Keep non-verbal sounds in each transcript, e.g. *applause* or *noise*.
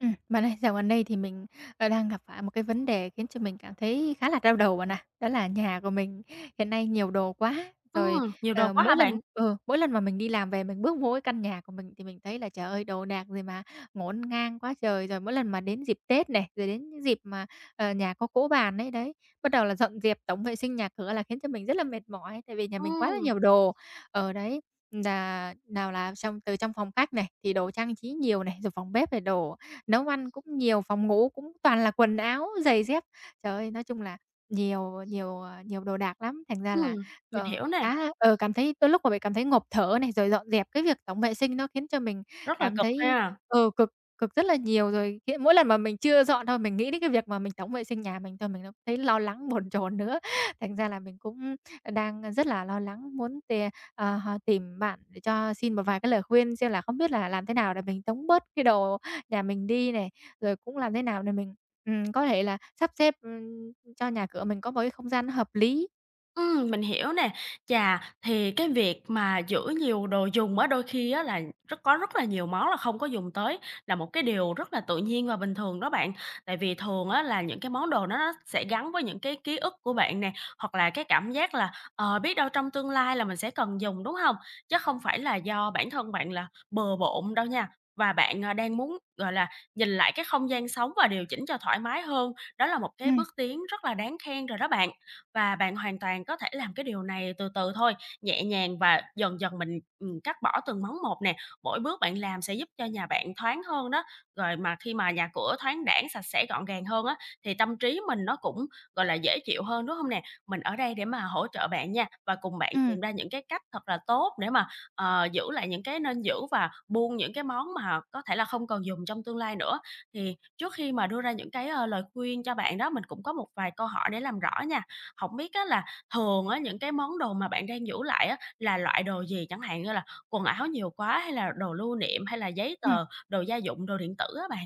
Bạn ơi, dạo gần đây thì mình, đang gặp phải một cái vấn đề khiến cho mình cảm thấy khá là đau đầu bạn ạ. Đó là nhà của mình hiện nay nhiều đồ quá, rồi, Ừm, Nhiều đồ quá hả mỗi bạn? lần mỗi lần mà mình đi làm về mình bước vô cái căn nhà của mình thì mình thấy là, trời ơi, đồ đạc gì mà ngổn ngang quá trời. Rồi mỗi lần mà đến dịp Tết này, rồi đến những dịp mà, nhà có cỗ bàn ấy, đấy, bắt đầu là dọn dẹp tổng vệ sinh nhà cửa là khiến cho mình rất là mệt mỏi, tại vì nhà mình quá là Ừm, nhiều đồ. Ở đấy, là nào là trong phòng khách này thì đồ trang trí nhiều này, rồi phòng bếp thì đồ nấu ăn cũng nhiều, phòng ngủ cũng toàn là quần áo, giày dép. Trời ơi, nói chung là nhiều nhiều, ờ, nhiều đồ đạc lắm, thành ra là, ừm, mình hiểu nè, khá là cảm thấy đôi lúc mà mình cảm thấy ngộp thở này, rồi dọn dẹp cái việc tổng vệ sinh nó khiến cho mình rất là cảm cực thấy, ha. Cực cực rất là nhiều. Rồi khi mỗi lần mà mình chưa dọn thôi, mình nghĩ đến cái việc mà mình tổng vệ sinh nhà mình thôi mình đã thấy lo lắng, bồn chồn nữa. *laughs* Thành ra là mình cũng đang rất là lo lắng, muốn t ờ, h tìm bạn để cho xin một vài cái lời khuyên xem là không biết là làm thế nào để mình tống bớt cái đồ nhà mình đi này, rồi cũng làm thế nào để mình, có thể là sắp xếp, cho nhà cửa mình có một cái không gian nó hợp lý. Mình hiểu nè. Chà, thì cái việc mà giữ nhiều đồ dùng á, đôi khi á là rất là nhiều món là không có dùng tới, là một cái điều rất là tự nhiên và bình thường đó bạn. Tại vì thường á là những cái món đồ nó sẽ gắn với những cái ký ức của bạn nè, hoặc là cái cảm giác là, biết đâu trong tương lai là mình sẽ cần dùng, đúng không? Chứ không phải là do bản thân bạn là bừa bộn đâu nha. Và bạn, à, đang muốn, gọi là, nhìn lại cái không gian sống và điều chỉnh cho thoải mái hơn, đó là một cái Ừm, bước tiến rất là đáng khen rồi đó bạn. Và bạn hoàn toàn có thể làm cái điều này từ từ thôi, nhẹ nhàng và dần dần mình, cắt bỏ từng món một nè. Mỗi bước bạn làm sẽ giúp cho nhà bạn thoáng hơn đó. Rồi mà khi mà nhà cửa thoáng đãng, sạch sẽ, gọn gàng hơn á, thì tâm trí mình nó cũng, gọi là, dễ chịu hơn, đúng không nè? Mình ở đây để mà hỗ trợ bạn nha, và cùng bạn ừm, tìm ra những cái cách thật là tốt để mà, giữ lại những cái nên giữ và buông những cái món mà có thể là không còn dùng trong tương lai nữa. Thì trước khi mà đưa ra những cái, lời khuyên cho bạn đó, mình cũng có một vài câu hỏi để làm rõ nha. Không biết á là thường á, những cái món đồ mà bạn đang giữ lại á, là loại đồ gì? Chẳng hạn như là quần áo nhiều quá hay là đồ lưu niệm hay là giấy ừm, tờ, đồ gia dụng, đồ điện tử á bạn?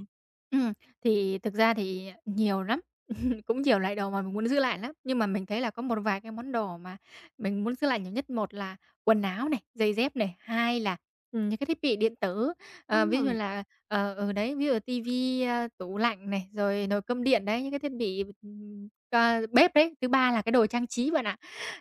ừm. Thì thực ra thì nhiều lắm. *laughs* Cũng nhiều loại đồ mà mình muốn giữ lại lắm, nhưng mà mình thấy là có một vài cái món đồ mà mình muốn giữ lại nhiều nhất. Một là quần áo này, giày dép này, hai là, những cái thiết bị điện tử, ví dụ Ừm. là, đấy, ví dụ tivi, tủ lạnh này, rồi nồi cơm điện đấy, những cái thiết bị, bếp đấy. Thứ ba là cái đồ trang trí bạn ạ.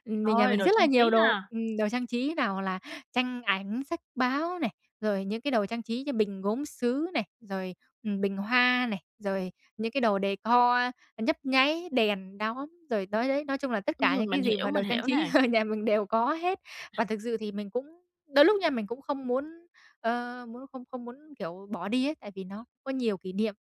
Mình nhà Ôi, mình đồ rất là trang nhiều trí đồ, ha. Đồ trang trí nào là tranh ảnh, sách báo này, rồi những cái đồ trang trí như bình gốm sứ này, rồi, bình hoa này, rồi những cái đồ decor nhấp nháy, đèn, đóm, rồi nói đấy, nói chung là tất cả những cái Mình gì hiểu, mà đồ mình trang hiểu trí nè. *laughs* ở nhà mình đều có hết. Và thực sự thì mình cũng đôi lúc nha, mình cũng không muốn, ờ, muốn không không muốn, kiểu, bỏ đi ấy, tại vì nó có nhiều kỷ niệm.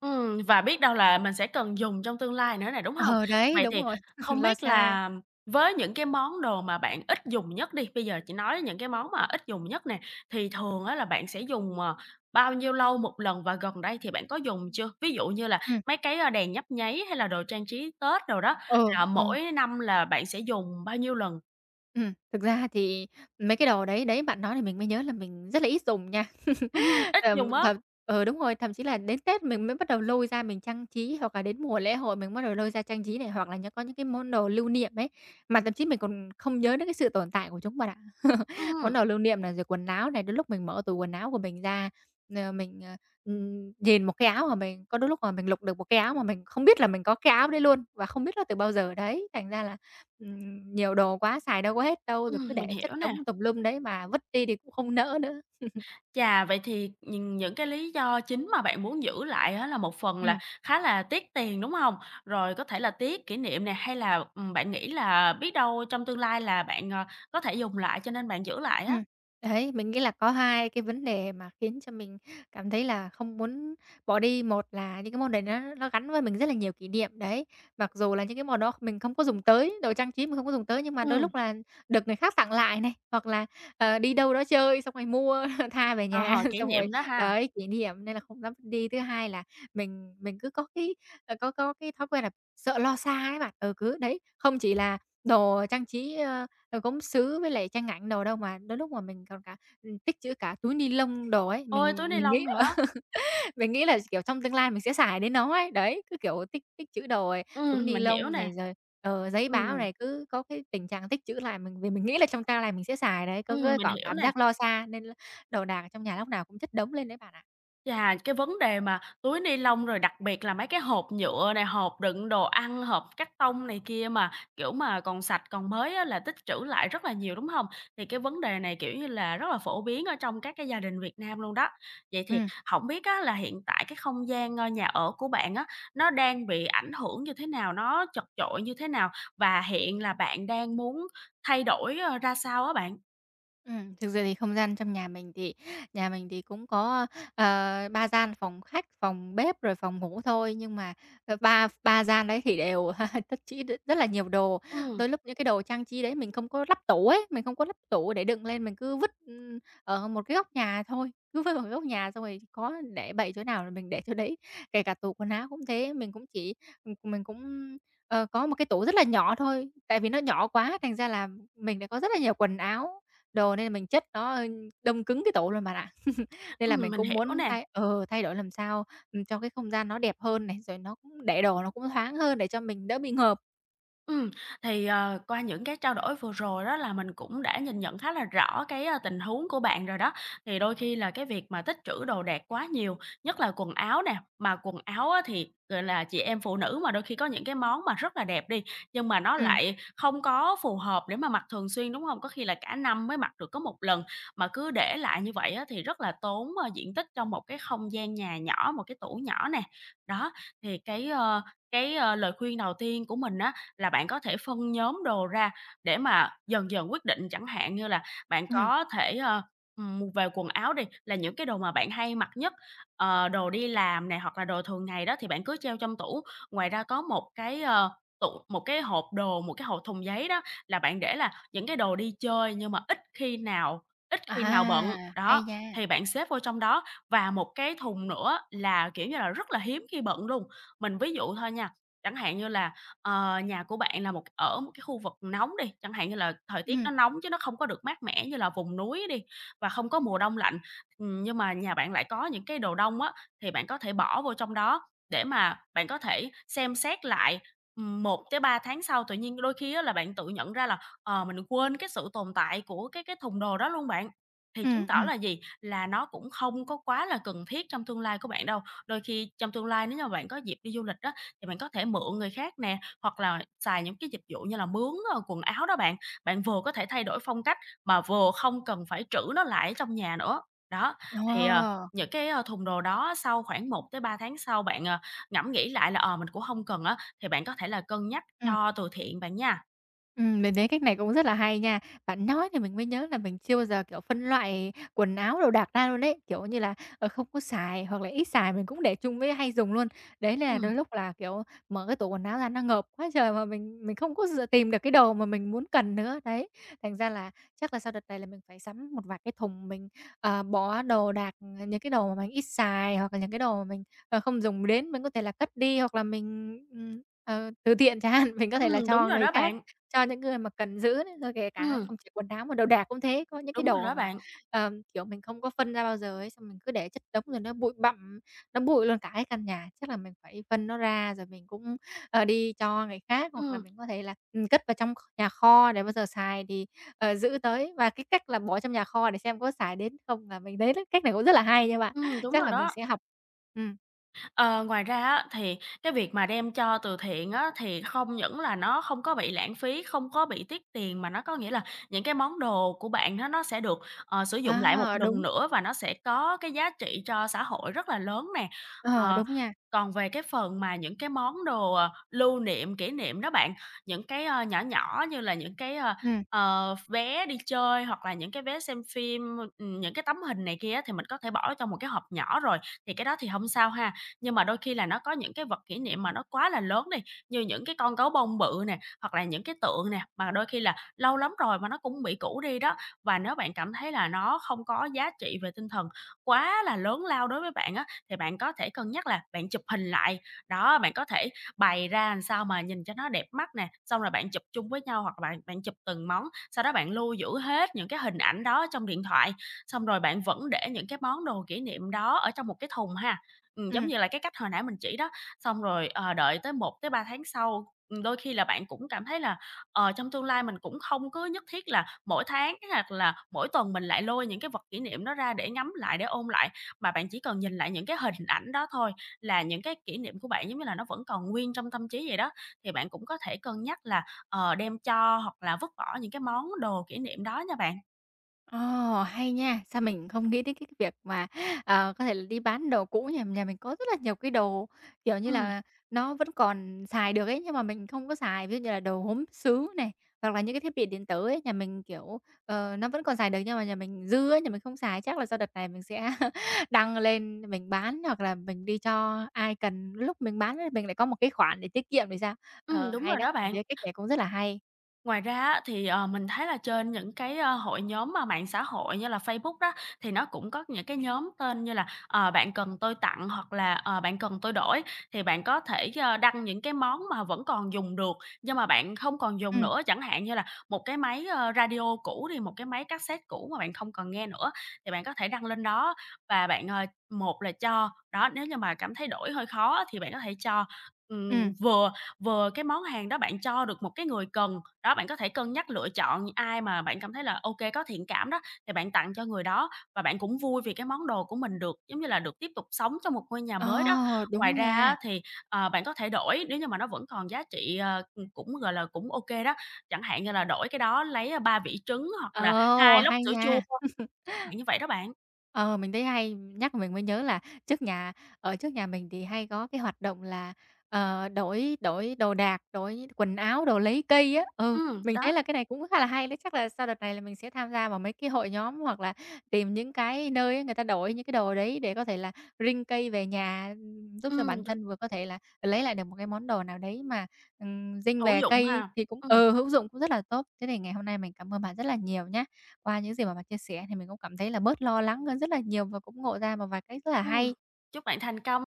Và biết đâu là mình sẽ cần dùng trong tương lai nữa này đúng hông? Ờ, đấy, Vậy đúng thì rồi, *laughs* không lo biết xa. là với những cái món đồ mà bạn ít dùng nhất đi, bây giờ chỉ nói những cái món mà ít dùng nhất nè, thì thường á là bạn sẽ dùng, bao nhiêu lâu một lần và gần đây thì bạn có dùng chưa? Ví dụ như là Ừm, mấy cái, a, đèn nhấp nháy hay là đồ trang trí Tết đồ đó, ừ, là ừ, mỗi năm là bạn sẽ dùng bao nhiêu lần? Thực ra thì mấy cái đồ đấy, đấy, bạn nói thì mình mới nhớ là mình rất là ít dùng nha. Ừm, ít dùng Tầm á. thậm đúng rồi, thậm chí là đến Tết mình mới bắt đầu lôi ra mình trang trí, hoặc là đến mùa lễ hội mình bắt đầu lôi ra trang trí này, hoặc là có những cái món đồ lưu niệm ấy, mà thậm chí mình còn không nhớ đến cái sự tồn tại của chúng bạn ạ. *laughs* Món Ừm, đồ lưu niệm này, rồi quần áo này, đến lúc mình mở tủ quần áo của mình ra, ờ, mình, ờ, nhìn một cái áo mà mình có đôi lúc mà mình lục được một cái áo mà mình không biết là mình có cái áo đấy luôn, và không biết là từ bao giờ đấy, thành ra là, nhiều đồ quá xài đâu có hết đâu, rồi cứ mình để chất hiểu nè. đống tùm lum đấy mà vứt đi thì cũng không nỡ nữa. Chà, vậy thì nhìn những cái lý do chính mà bạn muốn giữ lại á là một phần là Ừm. khá là tiếc tiền, đúng hông? Rồi có thể là tiếc kỷ niệm nè, hay là, bạn nghĩ là biết đâu trong tương lai là bạn, có thể dùng lại cho nên bạn giữ lại á? Ừm, đấy, mình nghĩ là có hai cái vấn đề mà khiến cho mình cảm thấy là không muốn bỏ đi. Một là những cái món đấy nó gắn với mình rất là nhiều kỷ niệm, đấy. Mặc dù là những cái món đó mình không có dùng tới, đồ trang trí mình không có dùng tới, nhưng mà đôi Ừm. lúc là được người khác tặng lại này, hoặc là, đi đâu đó chơi xong rồi mua *laughs* tha về Ờ, nhà, *laughs* kỷ xong rồi niệm đó ha. đấy, kỷ niệm nên là không dám vứt đi. Thứ hai là mình cứ có cái, có cái thói quen là sợ lo xa ấy bạn. Ừ, cứ đấy, không chỉ là đồ trang trí, rồi gốm sứ với lại tranh ảnh đồ đâu mà đôi lúc mà mình còn cả tích trữ cả túi ni lông đồ ấy, Ôi, túi mình ni mình lông nghĩ nữa. *laughs* mình nghĩ là, kiểu, trong tương lai mình sẽ xài đến nó ấy. Đấy, cứ, kiểu, tích tích trữ đồ rồi túi ni Mình hiểu lông nè, này rồi, giấy ừm, báo này, cứ có cái tình trạng tích trữ lại mình vì mình nghĩ là trong tương lai mình sẽ xài đấy, mình có hiểu cảm nè. giác lo xa nên là đồ đạc trong nhà lúc nào cũng chất đống lên đấy bạn ạ. Chà, cái vấn đề mà túi ni lông rồi đặc biệt là mấy cái hộp nhựa này, hộp đựng đồ ăn, hộp cắt tông này kia mà, kiểu, mà còn sạch, còn mới á là tích trữ lại rất là nhiều, đúng không? Thì cái vấn đề này, kiểu như là, rất là phổ biến ở trong các cái gia đình Việt Nam luôn đó. Vậy thì Ừm. không biết á là hiện tại cái không gian, nhà ở của bạn á, nó đang bị ảnh hưởng như thế nào? Nó chật chội như thế nào? Và hiện là bạn đang muốn thay đổi, ra sao á bạn? Thực ra thì không gian trong nhà mình thì cũng có, 3 gian, phòng khách, phòng bếp, rồi phòng ngủ thôi, nhưng mà, ba ba gian đấy thì đều *laughs* tích trữ rất là nhiều đồ. Ừm, Đôi lúc những cái đồ trang trí đấy mình không có lắp tủ ấy, mình không có lắp tủ để đựng lên, mình cứ vứt, ở một cái góc nhà thôi, cứ vứt vào một góc nhà xong rồi có để bậy chỗ nào là mình để chỗ đấy. Kể cả tủ quần áo cũng thế, mình cũng chỉ mình cũng, ờ, có một cái tủ rất là nhỏ thôi, tại vì nó nhỏ quá thành ra là mình đã có rất là nhiều quần áo đồ nên là mình chất nó, đông cứng cái tủ luôn bạn ạ. Nên là mình mình cũng hiểu muốn nè. Thay đổi làm sao, cho cái không gian nó đẹp hơn này, rồi nó cũng để đồ nó cũng thoáng hơn để cho mình đỡ bị ngợp. Ừm, thì, qua những cái trao đổi vừa rồi đó là mình cũng đã nhìn nhận khá là rõ cái, a, tình huống của bạn rồi đó. Thì đôi khi là cái việc mà tích trữ đồ đạc quá nhiều, nhất là quần áo nè, mà quần áo á thì, gọi là, chị em phụ nữ mà đôi khi có những cái món mà rất là đẹp đi, nhưng mà nó Ừm, lại không có phù hợp để mà mặc thường xuyên, đúng không? Có khi là cả năm mới mặc được có một lần, mà cứ để lại như vậy á thì rất là tốn, diện tích trong một cái không gian nhà nhỏ, một cái tủ nhỏ nè. Đó, thì lời khuyên đầu tiên của mình là bạn có thể phân nhóm đồ ra để mà dần dần quyết định. Chẳng hạn như là bạn ừm. có thể, về quần áo đi, là những cái đồ mà bạn hay mặc nhất, đồ đi làm này hoặc là đồ thường ngày đó thì bạn cứ treo trong tủ. Ngoài ra có một cái, ờ, tủ một cái hộp đồ, một cái hộp thùng giấy đó là bạn để là những cái đồ đi chơi nhưng mà ít khi nào bận, À, hay đó, nha! thì bạn xếp vô trong đó. Và một cái thùng nữa là, kiểu như là, rất là hiếm khi bận luôn. Mình ví dụ thôi nha, chẳng hạn như là nhà của bạn là một cái khu vực nóng đi, chẳng hạn như là thời tiết Ừm, nó nóng chứ nó không có được mát mẻ như là vùng núi đi và không có mùa đông lạnh, nhưng mà nhà bạn lại có những cái đồ đông á, thì bạn có thể bỏ vô trong đó để mà bạn có thể xem xét lại, 1 tới 3 tháng sau. Tự nhiên đôi khi á là bạn tự nhận ra là, mình quên cái sự tồn tại của cái thùng đồ đó luôn bạn. Thì chứng ừm, tỏ ừm. là gì? Là nó cũng không có quá là cần thiết trong tương lai của bạn đâu. Đôi khi trong tương lai nếu như mà bạn có dịp đi du lịch á, thì bạn có thể mượn người khác nè, hoặc là xài những cái dịch vụ như là mướn, quần áo đó bạn, bạn vừa có thể thay đổi phong cách mà vừa không cần phải trữ nó lại ở trong nhà nữa. Đó, thì, Ờ, những cái, thùng đồ đó sau khoảng một tới ba tháng sau bạn, ngẫm nghĩ lại là, mình cũng không cần á, thì bạn có thể là cân nhắc ừm. cho từ thiện bạn nha. Mình thấy cách này cũng rất là hay nha. Bạn nói thì mình mới nhớ là mình chưa bao giờ, kiểu, phân loại quần áo đồ đạc ra luôn đấy kiểu như là, không có xài hoặc là ít xài mình cũng để chung với hay dùng luôn. Đấy là đôi Ừm, lúc là, kiểu, mở cái tủ quần áo ra nó ngộp quá trời mà mình không có tìm được cái đồ mà mình muốn cần nữa, đấy. Thành ra là chắc là sau đợt này là mình phải sắm một vài cái thùng mình, bỏ đồ đạc, những cái đồ mà mình ít xài hoặc là những cái đồ mà mình, không dùng đến, mình có thể là cất đi hoặc là mình, từ thiện chẳng hạn, *laughs* mình có thể là Đúng cho rồi người đó khác. bạn. Cho những người mà cần giữ đấy, rồi kể cả Ừm, không chỉ quần áo mà đồ đạc cũng thế, có những cái Đúng rồi đồ đó mà, bạn. Kiểu, mình không có phân ra bao giờ ấy, xong mình cứ để chất đống rồi nó bụi bặm, nó bụi luôn cả cái căn nhà. Chắc là mình phải phân nó ra rồi mình cũng, đi cho người khác, hoặc là Ừm, mình có thể là, cất vào trong kho nhà kho để bao giờ xài thì, giữ tới. Và cái cách là bỏ trong nhà kho để xem có xài đến không là mình thấy đấy cách này cũng rất là hay nha bạn. Đúng Chắc rồi là mình đó. sẽ học. Ừm, Ờ, ngoài ra á, thì cái việc mà đem cho từ thiện á, thì không những là nó không có bị lãng phí, không có bị tiếc tiền, mà nó có nghĩa là những cái món đồ của bạn đó nó sẽ được, sử dụng lại một à, lần đúng, nữa và nó sẽ có cái giá trị cho xã hội rất là lớn nè. ờ, Ờ, đúng nha. còn về cái phần mà những cái món đồ, lưu niệm, kỷ niệm đó bạn, những cái, nhỏ nhỏ như là những cái, Ừ. Vé đi chơi hoặc là những cái vé xem phim, những cái tấm hình này kia á, thì mình có thể bỏ vô trong một cái hộp nhỏ rồi, thì cái đó thì không sao ha. Nhưng mà đôi khi là nó có những cái vật kỷ niệm mà nó quá là lớn đi, như những cái con gấu bông bự nè, hoặc là những cái tượng nè, mà đôi khi là lâu lắm rồi mà nó cũng bị cũ đi đó. Và nếu bạn cảm thấy là nó không có giá trị về tinh thần quá là lớn lao đối với bạn á, thì bạn có thể cân nhắc là bạn chụp hình lại. Đó, bạn có thể bày ra làm sao mà nhìn cho nó đẹp mắt nè, xong rồi bạn chụp chung với nhau hoặc là bạn bạn chụp từng món, sau đó bạn lưu giữ hết những cái hình ảnh đó trong điện thoại, xong rồi bạn vẫn để những cái món đồ kỷ niệm đó ở trong một cái thùng ha. Giống ừm. như là cái cách hồi nãy mình chỉ đó, xong rồi, đợi tới một tới 3 tháng sau, đôi khi là bạn cũng cảm thấy là, trong tương lai mình cũng không cứ nhất thiết là mỗi tháng hoặc là mỗi tuần mình lại lôi những cái vật kỷ niệm đó ra để ngắm lại, để ôn lại, mà bạn chỉ cần nhìn lại những cái hình ảnh đó thôi là những cái kỷ niệm của bạn, giống như là, nó vẫn còn nguyên trong tâm trí vậy đó. Thì bạn cũng có thể cân nhắc là, đem cho hoặc là vứt bỏ những cái món đồ kỷ niệm đó nha bạn. Ồ, hay nha! Sao mình không nghĩ đến cái việc mà, có thể là đi bán đồ cũ nhỉ? Nhà mình có rất là nhiều cái đồ, kiểu như Ừm, là, nó vẫn còn xài được ấy, nhưng mà mình không có xài. Ví dụ như là đồ gốm sứ này, hoặc là những cái thiết bị điện tử ấy, nhà mình, kiểu, nó vẫn còn xài được nhưng mà nhà mình dư ấy, nhà mình không xài. Chắc là sau đợt này mình sẽ *laughs* đăng lên mình bán hoặc là mình đi cho ai cần, lúc mình bán ấy mình lại có một cái khoản để tiết kiệm thì sao? Ờ, Đúng hay rồi đó, đó mình bạn. thấy cách này cũng rất là hay. Ngoài ra á, thì, mình thấy là trên những cái, hội nhóm mà mạng xã hội như là Facebook đó, thì nó cũng có những cái nhóm tên như là, "Bạn cần tôi tặng" hoặc là, "Bạn cần tôi đổi", thì bạn có thể, đăng những cái món mà vẫn còn dùng được, nhưng mà bạn không còn dùng Ừm, nữa, chẳng hạn như là một cái máy, radio cũ đi, một cái máy cassette cũ mà bạn không còn nghe nữa, thì bạn có thể đăng lên đó và bạn, một là cho đó, nếu như mà cảm thấy đổi hơi khó á thì bạn có thể cho, ừm, ừm. vừa vừa cái món hàng đó bạn cho được một cái người cần đó, bạn có thể cân nhắc lựa chọn ai mà bạn cảm thấy là ok có thiện cảm đó, thì bạn tặng cho người đó và bạn cũng vui vì cái món đồ của mình được, giống như là, được tiếp tục sống trong một ngôi nhà mới đó. Ờ, Ngoài đúng ra nha. á thì, bạn có thể đổi nếu như mà nó vẫn còn giá trị, cũng, gọi là, cũng ok đó, chẳng hạn như là đổi cái đó lấy, ờ, ba 3 vỉ trứng hoặc là Ồ, 2 lốc hay sữa chua, nha! chẳng hạn như vậy đó bạn. Ờ, mình thấy hay, nhắc mình mới nhớ là trước nhà ở trước nhà mình thì hay có cái hoạt động là, ờ, đổi đổi đồ đạc, đổi quần áo, đồ lấy cây á. Ừ, Ừ mình thấy đó, là cái này cũng khá là hay đấy, chắc là sau đợt này là mình sẽ tham gia vào mấy cái hội nhóm hoặc là tìm những cái nơi người ta đổi những cái đồ đấy để có thể là ring cây về nhà, giúp cho bản ừ thân vừa có thể là lấy lại được một cái món đồ nào đấy mà, ring hữu về dụng cây ha. thì cũng ừ hữu dụng, cũng rất là tốt. Thế thì ngày hôm nay mình cảm ơn bạn rất là nhiều nhé qua những gì mà bạn chia sẻ thì mình cũng cảm thấy là bớt lo lắng hơn rất là nhiều và cũng ngộ ra một vài cách rất là ừm, hay. Chúc bạn thành công.